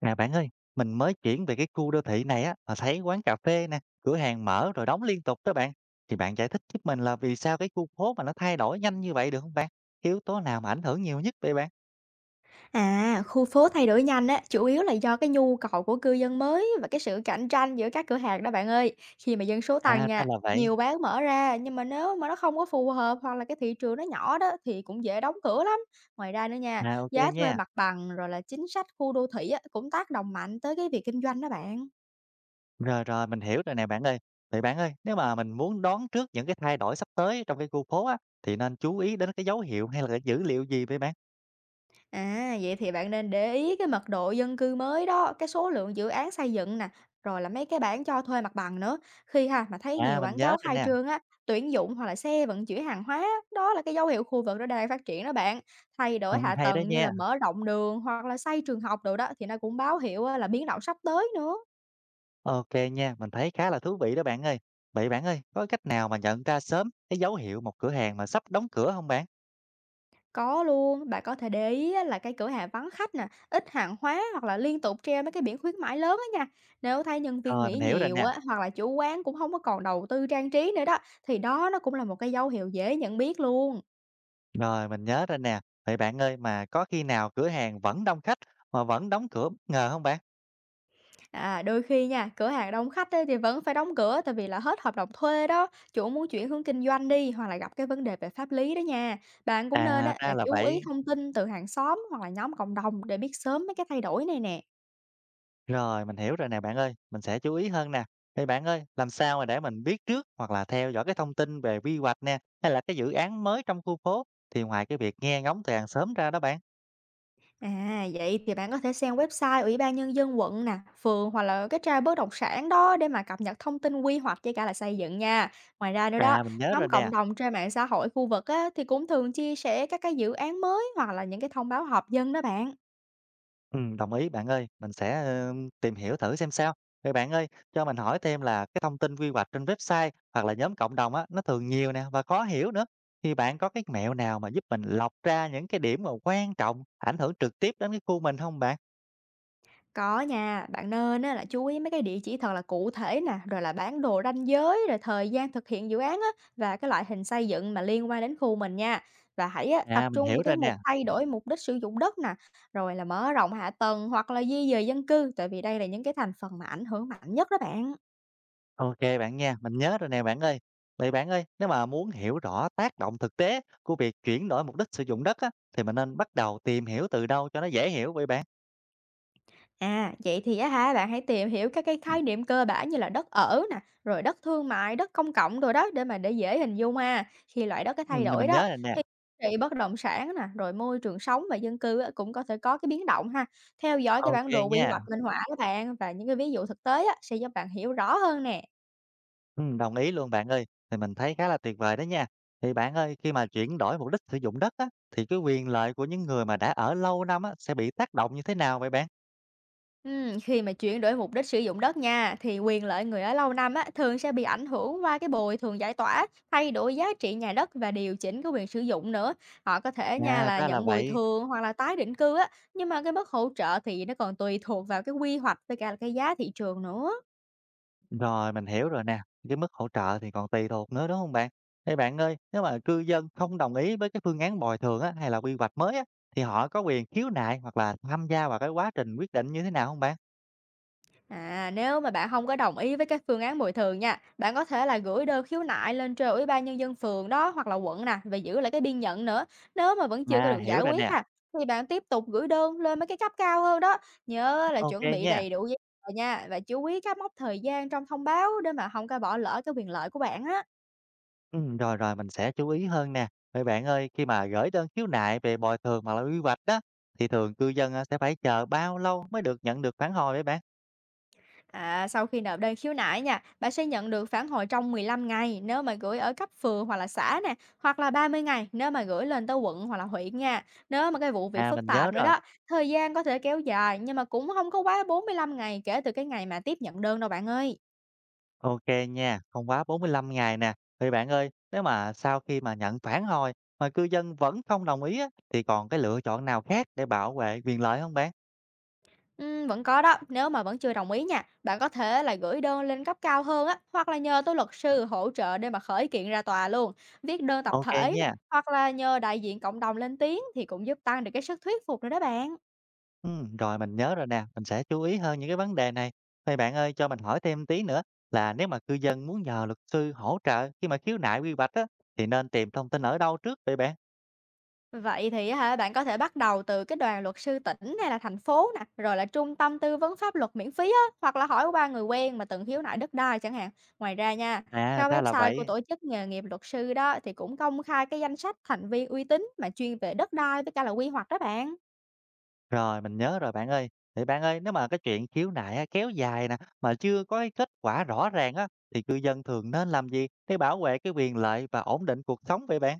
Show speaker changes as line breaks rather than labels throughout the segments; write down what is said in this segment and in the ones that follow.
Nè bạn ơi, mình mới chuyển về cái khu đô thị này á, mà thấy quán cà phê nè, cửa hàng mở rồi đóng liên tục đó bạn. Thì bạn giải thích giúp mình là vì sao cái khu phố mà nó thay đổi nhanh như vậy được không bạn? Yếu tố nào mà ảnh hưởng nhiều nhất vậy bạn?
À, khu phố thay đổi nhanh á, chủ yếu là do cái nhu cầu của cư dân mới và cái sự cạnh tranh giữa các cửa hàng đó bạn ơi. Khi mà dân số tăng
À ra
nha,
là vậy.
nhiều bán mở ra nhưng mà nếu mà nó không có phù hợp hoặc là cái thị trường nó nhỏ đó thì cũng dễ đóng cửa lắm. Ngoài ra nữa nha,
À ok
giá
nha.
thuê mặt bằng rồi là chính sách khu đô thị á, cũng tác động mạnh tới cái việc kinh doanh đó bạn.
Rồi rồi Mình hiểu rồi nè bạn ơi. Vậy bạn ơi, nếu mà mình muốn đoán trước những cái thay đổi sắp tới trong cái khu phố á, thì nên chú ý đến cái dấu hiệu hay là cái dữ liệu gì vậy bạn?
À, vậy thì bạn nên để ý cái mật độ dân cư mới đó, cái số lượng dự án xây dựng nè, rồi là mấy cái bảng cho thuê mặt bằng nữa. Khi ha mà thấy
À
nhiều
mình
quảng
nhớ
cáo
rồi
khai
nè.
trương á, tuyển dụng hoặc là xe vận chuyển hàng hóa, đó là cái dấu hiệu khu vực đó đang phát triển đó bạn. Thay
Ừ,
đổi hạ
hay đó
tầng như
nha.
là mở rộng đường hoặc là xây trường học đồ đó thì nó cũng báo hiệu á, là biến động sắp tới nữa.
OK nha, mình thấy khá là thú vị đó bạn ơi. Vậy bạn ơi, có cách nào mà nhận ra sớm cái dấu hiệu một cửa hàng mà sắp đóng cửa không bạn?
Có luôn, bạn có thể để ý á, là cái cửa hàng vắng khách nè, ít hàng hóa hoặc là liên tục treo mấy cái biển khuyến mãi lớn á nha. Nếu thấy nhân viên
Rồi,
nghỉ
mình hiểu rồi
nhiều
nè,
á, hoặc là chủ quán cũng không có còn đầu tư trang trí nữa đó, thì đó nó cũng là một cái dấu hiệu dễ nhận biết luôn.
rồi mình nhớ rồi nè. Vậy bạn ơi, mà có khi nào cửa hàng vẫn đông khách mà vẫn đóng cửa bất ngờ không bạn?
À, đôi khi nha, cửa hàng đông khách á, thì vẫn phải đóng cửa tại vì là hết hợp đồng thuê đó, chủ muốn chuyển hướng kinh doanh đi hoặc là gặp cái vấn đề về pháp lý đó nha. Bạn cũng nên
À,
á,
ra
là
là
chú ý
vậy.
thông tin từ hàng xóm hoặc là nhóm cộng đồng để biết sớm mấy cái thay đổi này nè.
Rồi, mình hiểu rồi nè bạn ơi, mình sẽ chú ý hơn nè. Vậy bạn ơi, làm sao mà để mình biết trước hoặc là theo dõi cái thông tin về quy hoạch nè, hay là cái dự án mới trong khu phố thì ngoài cái việc nghe ngóng từ hàng xóm ra đó bạn?
À, vậy thì bạn có thể sang website Ủy ban Nhân dân quận nè, phường hoặc là cái trang bất động sản đó để mà cập nhật thông tin quy hoạch với cả là xây dựng nha. Ngoài ra nữa đó,
À, mình nhớ rồi
nhóm
nè.
cộng đồng trên mạng xã hội khu vực á, thì cũng thường chia sẻ các cái dự án mới hoặc là những cái thông báo họp dân đó bạn.
Đồng ý bạn ơi, mình sẽ, tìm hiểu thử xem sao. Vậy bạn ơi, cho mình hỏi thêm là cái thông tin quy hoạch trên website hoặc là nhóm cộng đồng á, nó thường nhiều nè và khó hiểu nữa. Thì bạn có cái mẹo nào mà giúp mình lọc ra những cái điểm mà quan trọng ảnh hưởng trực tiếp đến cái khu mình không bạn?
Có nha, bạn nên á là chú ý mấy cái địa chỉ thật là cụ thể nè, rồi là bản đồ ranh giới, rồi thời gian thực hiện dự án á, và cái loại hình xây dựng mà liên quan đến khu mình nha. Và hãy á, tập
À, mình
trung
hiểu
vào cái
rồi nè.
mục thay đổi mục đích sử dụng đất nè, rồi là mở rộng hạ tầng hoặc là di dời dân cư, tại vì đây là những cái thành phần mà ảnh hưởng mạnh nhất đó bạn.
OK bạn nha, mình nhớ rồi nè bạn ơi. Vậy bạn ơi, nếu mà muốn hiểu rõ tác động thực tế của việc chuyển đổi mục đích sử dụng đất á, thì mình nên bắt đầu tìm hiểu từ đâu cho nó dễ hiểu vậy bạn?
À, vậy thì á hả, bạn hãy tìm hiểu các cái khái niệm cơ bản như là đất ở nè, rồi đất thương mại, đất công cộng rồi đó để dễ hình dung ha. Khi loại đất cái thay đổi
Mình
đó
nhớ rồi nè.
thì trị bất động sản nè, rồi môi trường sống và dân cư á, cũng có thể có cái biến động ha. Theo dõi cái
OK
bản đồ quy
nha.
hoạch minh họa các bạn và những cái ví dụ thực tế á, sẽ giúp bạn hiểu rõ hơn nè.
Đồng ý luôn bạn ơi, thì mình thấy khá là tuyệt vời đó nha. Thì bạn ơi, khi mà chuyển đổi mục đích sử dụng đất á, thì cái quyền lợi của những người mà đã ở lâu năm á, sẽ bị tác động như thế nào vậy bạn?
Khi mà chuyển đổi mục đích sử dụng đất nha, thì quyền lợi người ở lâu năm á, thường sẽ bị ảnh hưởng qua cái bồi thường giải tỏa, thay đổi giá trị nhà đất và điều chỉnh cái quyền sử dụng nữa. Họ có thể nha
À,
là
ra là
nhận bồi
vậy.
thường hoặc là tái định cư á, nhưng mà cái mức hỗ trợ thì nó còn tùy thuộc vào cái quy hoạch với cả là cái giá thị trường nữa.
Rồi, mình hiểu rồi nè. Cái mức hỗ trợ thì còn tùy thuộc nữa đúng không bạn? Thế bạn ơi, nếu mà cư dân không đồng ý với cái phương án bồi thường á, hay là quy hoạch mới á, thì họ có quyền khiếu nại hoặc là tham gia vào cái quá trình quyết định như thế nào không bạn?
À, nếu mà bạn không có đồng ý với cái phương án bồi thường nha, bạn có thể là gửi đơn khiếu nại lên trên Ủy ban Nhân dân phường đó hoặc là quận nè, và giữ lại cái biên nhận nữa. Nếu mà vẫn chưa có
À,
được
hiểu
giải
rồi
quyết
nè.
ha, thì bạn tiếp tục gửi đơn lên mấy cái cấp cao hơn đó. Nhớ là
Ok
chuẩn bị
nha.
đầy đủ giấy tờ nha và chú ý các mốc thời gian trong thông báo để mà không có bỏ lỡ cái quyền lợi của bạn á.
Rồi, mình sẽ chú ý hơn nè. Vậy bạn ơi, khi mà gửi đơn khiếu nại về bồi thường hoặc là quy hoạch đó, thì thường cư dân, sẽ phải chờ bao lâu mới được nhận được phản hồi vậy bạn?
À, sau khi nộp đơn khiếu nại nha, bạn sẽ nhận được phản hồi trong 15 ngày nếu mà gửi ở cấp phường hoặc là xã nè, hoặc là 30 ngày nếu mà gửi lên tới quận hoặc là huyện nha. Nếu mà cái vụ việc
À,
phức
mình nhớ
tạp nữa
rồi,
đó, thời gian có thể kéo dài nhưng mà cũng không có quá 45 ngày kể từ cái ngày mà tiếp nhận đơn đâu bạn ơi.
OK nha, không quá 45 ngày nè. Vậy bạn ơi, nếu mà sau khi mà nhận phản hồi mà cư dân vẫn không đồng ý á, thì còn cái lựa chọn nào khác để bảo vệ quyền lợi không bạn?
Ừ, vẫn có đó, nếu mà vẫn chưa đồng ý nha, bạn có thể là gửi đơn lên cấp cao hơn á, hoặc là nhờ tới luật sư hỗ trợ để mà khởi kiện ra tòa luôn, viết đơn tập
OK
thể nè,
nha.
hoặc là nhờ đại diện cộng đồng lên tiếng thì cũng giúp tăng được cái sức thuyết phục nữa đó bạn.
Rồi mình nhớ rồi nè, mình sẽ chú ý hơn những cái vấn đề này. Vậy bạn ơi, cho mình hỏi thêm tí nữa là nếu mà cư dân muốn nhờ luật sư hỗ trợ khi mà khiếu nại quy hoạch á, thì nên tìm thông tin ở đâu trước vậy bạn?
Vậy thì á hả, bạn có thể bắt đầu từ cái đoàn luật sư tỉnh hay là thành phố nè, rồi là trung tâm tư vấn pháp luật miễn phí á, hoặc là hỏi qua người quen mà từng khiếu nại đất đai chẳng hạn. Ngoài ra nha,
À,
cái
ra là
website của
vậy.
tổ chức nghề nghiệp luật sư đó thì cũng công khai cái danh sách thành viên uy tín mà chuyên về đất đai với cả là quy hoạch đó bạn.
Rồi, mình nhớ rồi bạn ơi. Vậy bạn ơi, nếu mà cái chuyện khiếu nại á, kéo dài nè, mà chưa có cái kết quả rõ ràng á, thì cư dân thường nên làm gì để bảo vệ cái quyền lợi và ổn định cuộc sống vậy bạn?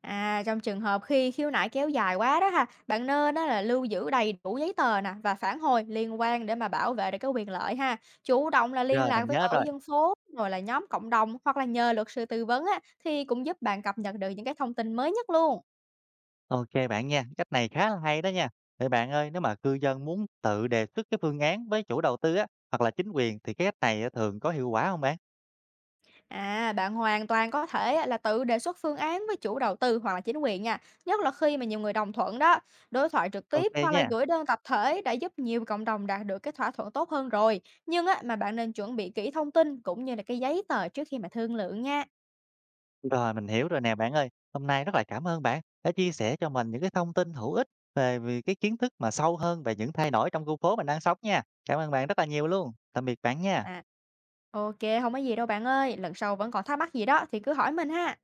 À, trong trường hợp khi khiếu nại kéo dài quá đó ha, bạn nên đó là lưu giữ đầy đủ giấy tờ nè và phản hồi liên quan để mà bảo vệ được cái quyền lợi ha. Chủ động là liên
Rồi,
lạc
mình
với
nhớ
tổ
rồi.
dân phố rồi là nhóm cộng đồng hoặc là nhờ luật sư tư vấn á thì cũng giúp bạn cập nhật được những cái thông tin mới nhất luôn.
OK bạn nha, cách này khá là hay đó nha. Vậy bạn ơi, nếu mà cư dân muốn tự đề xuất cái phương án với chủ đầu tư á, hoặc là chính quyền thì cái cách này á thường có hiệu quả không bạn?
À, bạn hoàn toàn có thể là tự đề xuất phương án với chủ đầu tư hoặc là chính quyền nha, nhất là khi mà nhiều người đồng thuận đó. Đối thoại trực tiếp
OK
hoặc là
nha.
gửi đơn tập thể đã giúp nhiều cộng đồng đạt được cái thỏa thuận tốt hơn rồi. Nhưng á, mà bạn nên chuẩn bị kỹ thông tin cũng như là cái giấy tờ trước khi mà thương lượng nha.
Rồi, mình hiểu rồi nè bạn ơi. Hôm nay rất là cảm ơn bạn đã chia sẻ cho mình những cái thông tin hữu ích về về cái kiến thức mà sâu hơn về những thay đổi trong khu phố mình đang sống nha. Cảm ơn bạn rất là nhiều luôn. Tạm biệt bạn nha.
À, ok, không có gì đâu bạn ơi. Lần sau vẫn còn thắc mắc gì đó thì cứ hỏi mình ha.